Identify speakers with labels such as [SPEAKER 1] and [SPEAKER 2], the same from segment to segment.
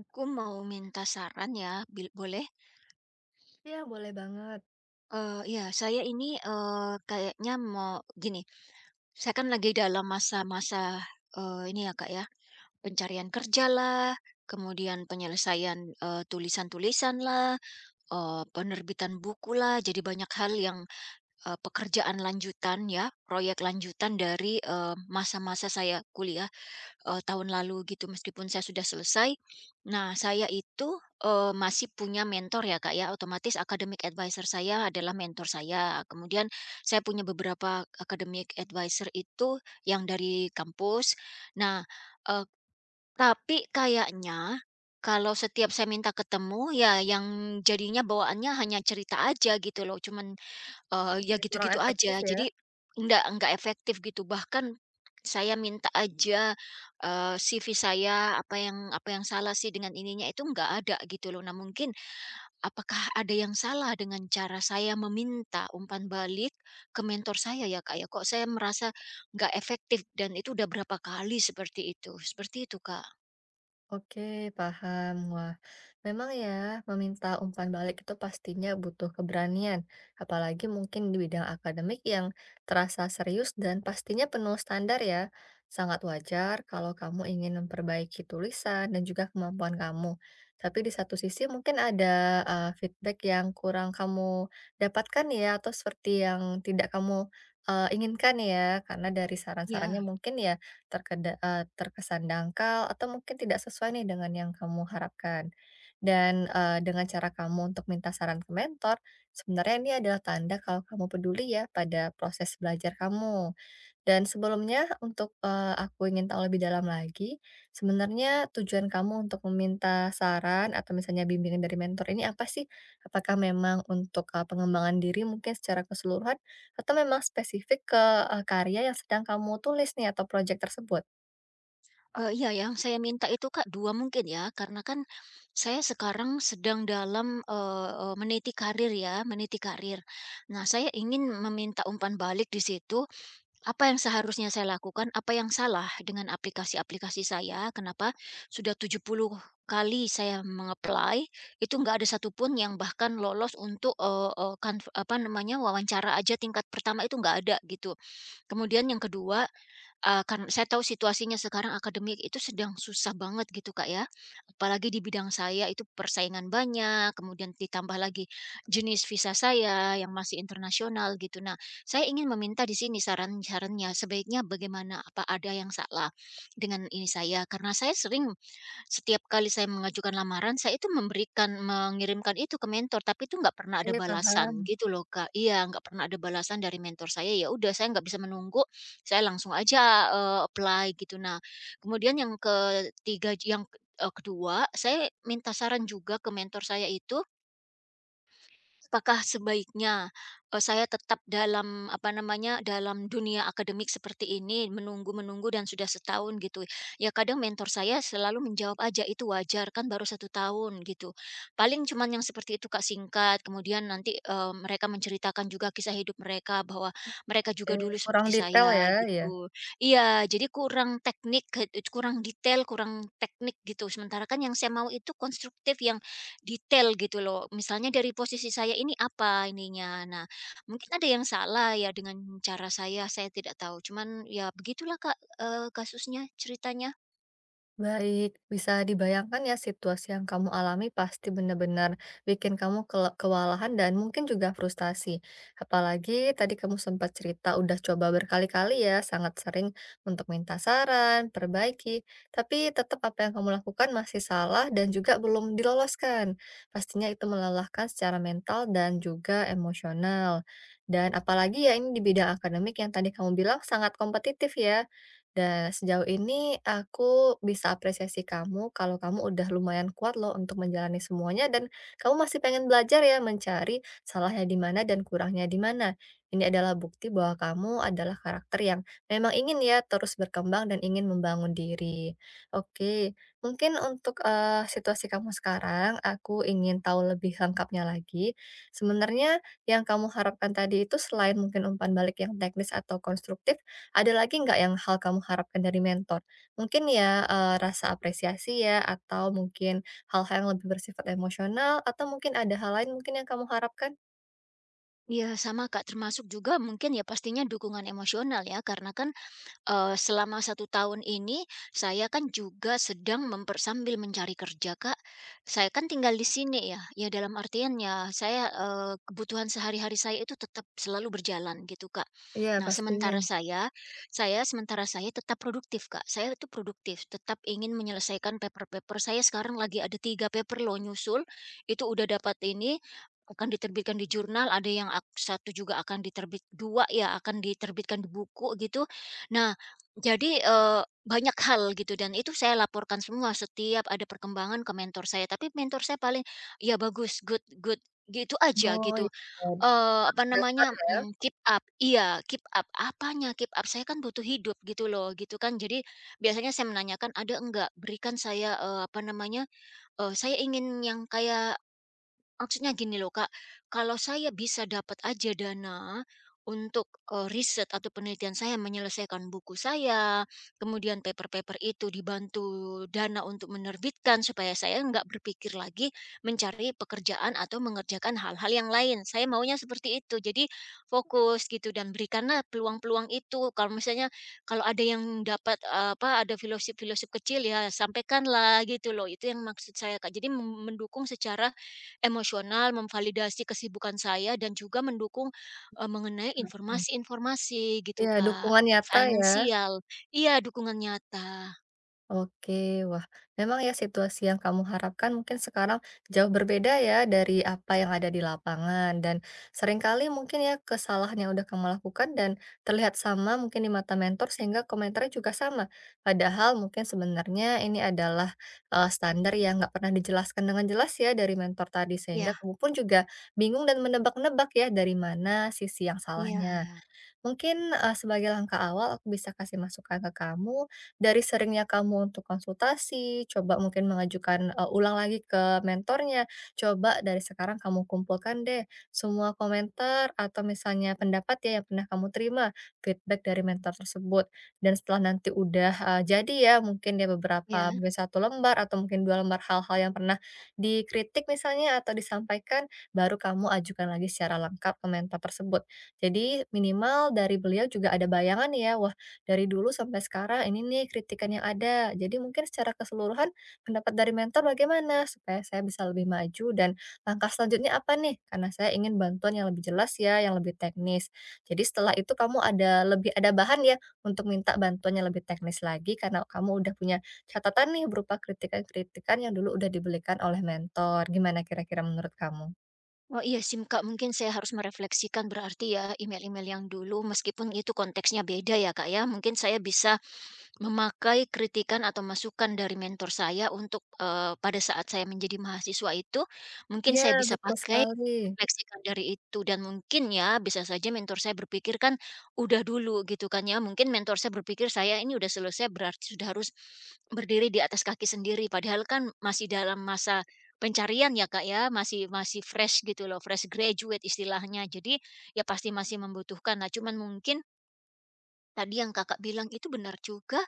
[SPEAKER 1] Aku mau minta saran ya, bil boleh?
[SPEAKER 2] Iya, boleh banget.
[SPEAKER 1] Iya, saya ini, kayaknya mau gini, saya kan lagi dalam masa-masa, ini ya, Kak, ya, pencarian kerja lah, kemudian penyelesaian, eee, tulisan lah, penerbitan buku lah, jadi banyak hal yang, pekerjaan lanjutan ya, proyek lanjutan dari, masa-masa saya kuliah tahun lalu gitu meskipun saya sudah selesai. Nah saya itu, masih punya mentor ya Kak ya, otomatis academic advisor saya adalah mentor saya. Kemudian saya punya beberapa academic advisor itu yang dari kampus. Nah, eee, tapi kayaknya kalau setiap saya minta ketemu ya yang jadinya bawaannya hanya cerita aja gitu loh, cuman ya
[SPEAKER 2] Kurang
[SPEAKER 1] gitu-gitu aja.
[SPEAKER 2] efektif ya?
[SPEAKER 1] Jadi nggak efektif gitu. Bahkan saya minta aja, CV saya, apa yang salah sih dengan ininya, itu nggak ada gitu loh. Nah mungkin apakah ada yang salah dengan cara saya meminta umpan balik ke mentor saya ya, Kak, ya? Kok saya merasa nggak efektif dan itu udah berapa kali seperti itu. Seperti itu, Kak.
[SPEAKER 2] Oke, paham. Wah, memang ya, meminta umpan balik itu pastinya butuh keberanian, apalagi mungkin di bidang akademik yang terasa serius dan pastinya penuh standar ya. Sangat wajar kalau kamu ingin memperbaiki tulisan dan juga kemampuan kamu. Tapi di satu sisi mungkin ada feedback yang kurang kamu dapatkan ya, atau seperti yang tidak kamu inginkan ya, karena dari saran-sarannya
[SPEAKER 1] Ya.
[SPEAKER 2] mungkin ya terkesan dangkal atau mungkin tidak sesuai nih dengan yang kamu harapkan. Dan, dengan cara kamu untuk minta saran ke mentor, sebenarnya ini adalah tanda kalau kamu peduli ya pada proses belajar kamu. Dan sebelumnya untuk, aku ingin tahu lebih dalam lagi, sebenarnya tujuan kamu untuk meminta saran atau misalnya bimbingan dari mentor ini apa sih? Apakah memang untuk, pengembangan diri mungkin secara keseluruhan atau memang spesifik ke, karya yang sedang kamu tulis nih atau proyek tersebut?
[SPEAKER 1] Iya, yang saya minta itu, Kak, 2 mungkin ya, karena kan saya sekarang sedang dalam, eee eee, meniti karir ya, meniti karir. Nah, saya ingin meminta umpan balik di situ, apa yang seharusnya saya lakukan, apa yang salah dengan aplikasi-aplikasi saya, kenapa sudah 70 kali saya mengapply itu nggak ada satupun yang bahkan lolos untuk, eee eee, kanv apa namanya, wawancara aja tingkat pertama itu nggak ada, gitu. Kemudian yang kedua, kan saya tahu situasinya sekarang akademik itu sedang susah banget gitu, Kak, ya. Apalagi di bidang saya itu persaingan banyak, kemudian ditambah lagi jenis visa saya yang masih internasional gitu. Nah, saya ingin meminta di sini saran-sarannya, sebaiknya bagaimana, apa ada yang salah dengan ini saya? Karena saya sering setiap kali saya mengajukan lamaran, saya itu memberikan mengirimkan itu ke mentor, tapi itu nggak pernah ada
[SPEAKER 2] Oke,
[SPEAKER 1] balasan
[SPEAKER 2] paham.
[SPEAKER 1] gitu loh, Kak. Iya, nggak pernah ada balasan dari mentor saya, ya udah saya nggak bisa menunggu, saya langsung aja, apply gitu. Nah, kemudian yang ketiga yang, kedua, saya minta saran juga ke mentor saya itu, apakah sebaiknya, saya tetap dalam, apa namanya, dalam dunia akademik seperti ini, menunggu-menunggu dan sudah setahun gitu? Ya kadang mentor saya selalu menjawab aja, "Itu wajar, kan baru 1 tahun," gitu. Paling cuman yang seperti itu, Kak, singkat, kemudian nanti, mereka menceritakan juga kisah hidup mereka, bahwa mereka juga dulu
[SPEAKER 2] Kurang
[SPEAKER 1] seperti
[SPEAKER 2] detail ya,
[SPEAKER 1] saya,
[SPEAKER 2] ya.
[SPEAKER 1] gitu. Iya, jadi kurang teknik, kurang detail, kurang teknik gitu. Sementara kan yang saya mau itu konstruktif, yang detail gitu loh, misalnya dari posisi saya ini apa ininya. Nah, mungkin ada yang salah ya dengan cara saya tidak tahu. Cuman ya begitulah Kak, kasusnya, ceritanya.
[SPEAKER 2] Baik, bisa dibayangkan ya situasi yang kamu alami pasti benar-benar bikin kamu kewalahan dan mungkin juga frustasi. Apalagi tadi kamu sempat cerita udah coba berkali-kali ya, sangat sering untuk minta saran, perbaiki, tapi tetap apa yang kamu lakukan masih salah dan juga belum diloloskan. Pastinya itu melelahkan secara mental dan juga emosional. Dan apalagi ya ini di bidang akademik yang tadi kamu bilang sangat kompetitif ya. Dan sejauh ini aku bisa apresiasi kamu kalau kamu udah lumayan kuat loh untuk menjalani semuanya dan kamu masih pengen belajar ya mencari salahnya di mana dan kurangnya di mana. Ini adalah bukti bahwa kamu adalah karakter yang memang ingin ya terus berkembang dan ingin membangun diri. Oke, mungkin untuk situasi kamu sekarang, aku ingin tahu lebih lengkapnya lagi. Sebenarnya yang kamu harapkan tadi itu selain mungkin umpan balik yang teknis atau konstruktif, ada lagi nggak yang hal kamu harapkan dari mentor? Mungkin ya, rasa apresiasi ya, atau mungkin hal-hal yang lebih bersifat emosional, atau mungkin ada hal lain mungkin yang kamu harapkan?
[SPEAKER 1] Ya sama Kak, termasuk juga mungkin ya pastinya dukungan emosional ya, karena kan selama 1 tahun ini saya kan juga sedang memper sambil mencari kerja, Kak. Saya kan tinggal di sini ya, ya dalam artian ya saya, kebutuhan sehari-hari saya itu tetap selalu berjalan gitu, Kak.
[SPEAKER 2] Iya
[SPEAKER 1] Nah,
[SPEAKER 2] pastinya.
[SPEAKER 1] sementara saya saya sementara saya tetap produktif, Kak. Saya itu produktif, tetap ingin menyelesaikan paper-paper saya sekarang lagi ada 3 paper lo nyusul, itu udah dapat ini, akan diterbitkan di jurnal, ada yang ak 1 juga akan diterbit 2 ya akan diterbitkan di buku gitu. Nah jadi, banyak hal gitu dan itu saya laporkan semua setiap ada perkembangan ke mentor saya, tapi mentor saya paling, "Ya bagus, good good," gitu aja
[SPEAKER 2] Oh, iya,
[SPEAKER 1] gitu. Eee, apa
[SPEAKER 2] dasar
[SPEAKER 1] namanya,
[SPEAKER 2] ya.
[SPEAKER 1] mmm, keep up iya, keep up. Apanya keep up? Saya kan butuh hidup gitu loh, gitu kan. Jadi biasanya saya menanyakan, "Ada enggak? Berikan saya," eee, apa namanya, eee, "saya ingin yang kayak maksudnya gini loh Kak, kalau saya bisa dapat aja dana untuk, riset atau penelitian saya menyelesaikan buku saya, kemudian paper-paper itu dibantu dana untuk menerbitkan supaya saya nggak berpikir lagi mencari pekerjaan atau mengerjakan hal-hal yang lain. Saya maunya seperti itu. Jadi fokus gitu dan berikanlah peluang-peluang itu. Kalau misalnya, ada yang dapat, apa, ada filosof-filosof kecil ya sampaikanlah gitu loh. Itu yang maksud saya Kak. Jadi mendukung secara emosional, memvalidasi kesibukan saya dan juga mendukung, mengenai
[SPEAKER 2] Hmm.
[SPEAKER 1] informasi-informasi gitu,
[SPEAKER 2] Iya,
[SPEAKER 1] Kak.
[SPEAKER 2] dukungan nyata ya.
[SPEAKER 1] Finansial iya, dukungan nyata.
[SPEAKER 2] Oke, wah, memang ya situasi yang kamu harapkan mungkin sekarang jauh berbeda ya dari apa yang ada di lapangan dan seringkali mungkin ya kesalahan yang udah kamu lakukan dan terlihat sama mungkin di mata mentor sehingga komentarnya juga sama. Padahal mungkin sebenarnya ini adalah standar yang nggak pernah dijelaskan dengan jelas ya dari mentor tadi sehingga
[SPEAKER 1] Ya
[SPEAKER 2] kamu pun juga bingung dan menebak-nebak ya dari mana sisi yang
[SPEAKER 1] iya
[SPEAKER 2] salahnya. Mungkin, sebagai langkah awal aku bisa kasih masukan ke kamu, dari seringnya kamu untuk konsultasi, coba mungkin mengajukan, ulang lagi ke mentornya, coba dari sekarang kamu kumpulkan deh semua komentar atau misalnya pendapat ya yang pernah kamu terima, feedback dari mentor tersebut. Dan setelah nanti udah, jadi ya mungkin ya
[SPEAKER 1] ya.
[SPEAKER 2] beberapa mungkin satu lembar atau mungkin 2 lembar hal-hal yang pernah dikritik misalnya atau disampaikan, baru kamu ajukan lagi secara lengkap ke mentor tersebut. Jadi minimal dari beliau juga ada bayangan ya, wah dari dulu sampai sekarang ini nih kritikan yang ada. Jadi mungkin secara keseluruhan pendapat dari mentor bagaimana supaya saya bisa lebih maju dan langkah selanjutnya apa nih? Karena saya ingin bantuan yang lebih jelas ya, yang lebih teknis. Jadi setelah itu kamu ada lebih ada bahan ya untuk minta bantuan yang lebih teknis lagi karena kamu udah punya catatan nih berupa kritikan-kritikan yang dulu udah dibelikan oleh mentor. Gimana kira-kira menurut kamu?
[SPEAKER 1] Oh, iya sim Kak, mungkin saya harus merefleksikan berarti ya email-email yang dulu meskipun itu konteksnya beda ya, Kak, ya. Mungkin saya bisa memakai kritikan atau masukan dari mentor saya untuk, pada saat saya menjadi mahasiswa itu, mungkin
[SPEAKER 2] Ya
[SPEAKER 1] saya bisa
[SPEAKER 2] betul
[SPEAKER 1] pakai,
[SPEAKER 2] sekali.
[SPEAKER 1] refleksikan dari itu dan mungkin ya, bisa saja mentor saya berpikir kan, udah dulu gitu kan ya, mungkin mentor saya berpikir saya ini udah selesai berarti sudah harus berdiri di atas kaki sendiri, padahal kan masih dalam masa pencarian ya, Kak, ya, masih masih fresh gitu loh, fresh graduate istilahnya. Jadi, ya pasti masih membutuhkan. Nah, cuman mungkin tadi yang Kakak bilang itu benar juga,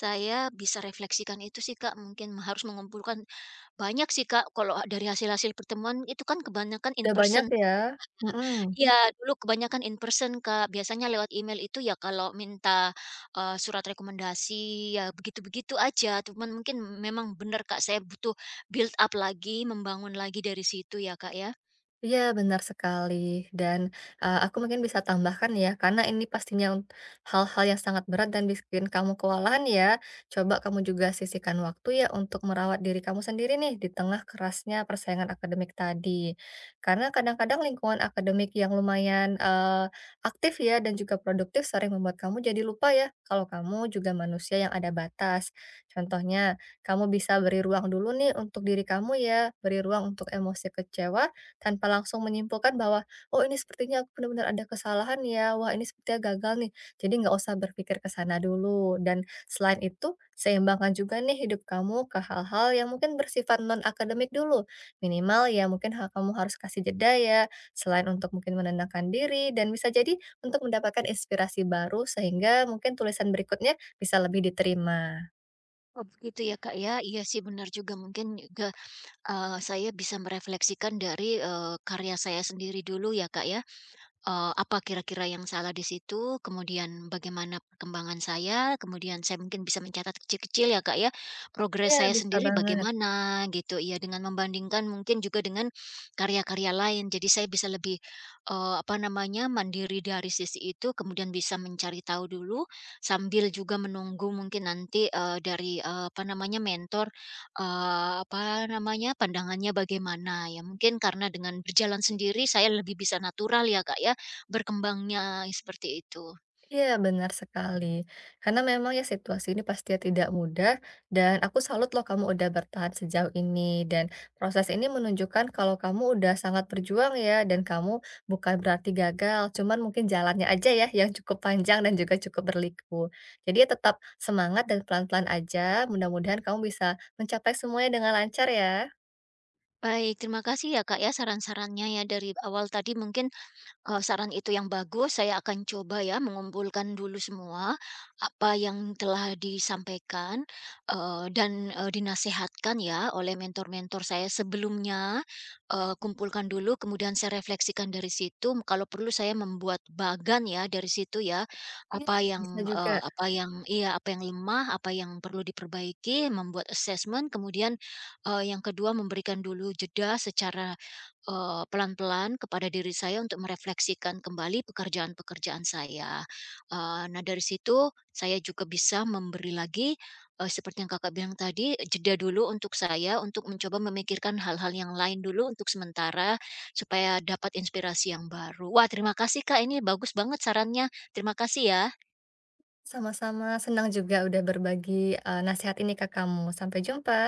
[SPEAKER 1] saya bisa refleksikan itu sih Kak, mungkin harus mengumpulkan banyak sih Kak, kalau dari hasil-hasil pertemuan itu kan kebanyakan in
[SPEAKER 2] Udah banyak
[SPEAKER 1] person.
[SPEAKER 2] ya? Mhm.
[SPEAKER 1] Ya dulu kebanyakan in person Kak, biasanya lewat email itu ya kalau minta, surat rekomendasi, ya begitu-begitu aja, cuman mungkin memang benar Kak, saya butuh build up lagi, membangun lagi dari situ ya Kak ya.
[SPEAKER 2] Iya, benar sekali. Dan, aku mungkin bisa tambahkan ya, karena ini pastinya hal-hal yang sangat berat dan bikin kamu kewalahan ya, coba kamu juga sisihkan waktu ya untuk merawat diri kamu sendiri nih, di tengah kerasnya persaingan akademik tadi. Karena kadang-kadang lingkungan akademik yang lumayan, aktif ya dan juga produktif sering membuat kamu jadi lupa ya, kalau kamu juga manusia yang ada batas. Contohnya, kamu bisa beri ruang dulu nih untuk diri kamu ya, beri ruang untuk emosi kecewa tanpa langsung menyimpulkan bahwa, "Oh ini sepertinya aku benar-benar ada kesalahan ya, wah ini sepertinya gagal nih." Jadi nggak usah berpikir ke sana dulu dan selain itu seimbangkan juga nih hidup kamu ke hal-hal yang mungkin bersifat non-akademik dulu. Minimal ya mungkin kamu harus kasih jeda ya, selain untuk mungkin menenangkan diri dan bisa jadi untuk mendapatkan inspirasi baru sehingga mungkin tulisan berikutnya bisa lebih diterima.
[SPEAKER 1] Oh begitu ya Kak ya, iya sih benar juga mungkin, ge saya bisa merefleksikan dari, karya saya sendiri dulu ya, Kak, ya. Apa kira-kira yang salah di situ, kemudian bagaimana perkembangan saya, kemudian saya mungkin bisa mencatat kecil-kecil ya, Kak, ya, progres
[SPEAKER 2] Iya
[SPEAKER 1] saya
[SPEAKER 2] bisa
[SPEAKER 1] sendiri
[SPEAKER 2] banget.
[SPEAKER 1] bagaimana gitu, ya, dengan membandingkan mungkin juga dengan karya-karya lain. Jadi saya bisa lebih, apa namanya, mandiri dari sisi itu, kemudian bisa mencari tahu dulu, sambil juga menunggu mungkin nanti, dari, apa namanya, mentor, apa namanya, pandangannya bagaimana. Ya mungkin karena dengan berjalan sendiri saya lebih bisa natural ya, Kak, ya. Berkembangnya, seperti itu.
[SPEAKER 2] Iya, benar sekali. Karena memang ya situasi ini pastinya tidak mudah dan aku salut loh kamu udah bertahan sejauh ini dan proses ini menunjukkan kalau kamu udah sangat berjuang ya dan kamu bukan berarti gagal, cuman mungkin jalannya aja ya yang cukup panjang dan juga cukup berliku. Jadi ya tetap semangat dan pelan-pelan aja. Mudah-mudahan kamu bisa mencapai semuanya dengan lancar ya.
[SPEAKER 1] Baik, terima kasih ya Kak ya saran-sarannya ya dari awal tadi mungkin saran itu yang bagus, saya akan coba ya mengumpulkan dulu semua, apa yang telah disampaikan, dan dinasehatkan ya oleh mentor-mentor saya sebelumnya, kumpulkan dulu kemudian saya refleksikan dari situ, kalau perlu saya membuat bagan ya dari situ ya,
[SPEAKER 2] Iya,
[SPEAKER 1] apa
[SPEAKER 2] bisa
[SPEAKER 1] yang,
[SPEAKER 2] juga.
[SPEAKER 1] eee, apa yang iya, apa yang lemah, apa yang perlu diperbaiki, membuat assessment, kemudian, yang kedua memberikan dulu jeda secara pelan-pelan kepada diri saya untuk merefleksikan kembali pekerjaan-pekerjaan saya. Nah dari situ saya juga bisa memberi lagi, seperti yang Kakak bilang tadi, jeda dulu untuk saya untuk mencoba memikirkan hal-hal yang lain dulu untuk sementara, supaya dapat inspirasi yang baru. Wah terima kasih Kak, ini bagus banget sarannya. Terima kasih ya.
[SPEAKER 2] Sama-sama senang juga udah berbagi nasihat ini ke kamu. Sampai jumpa.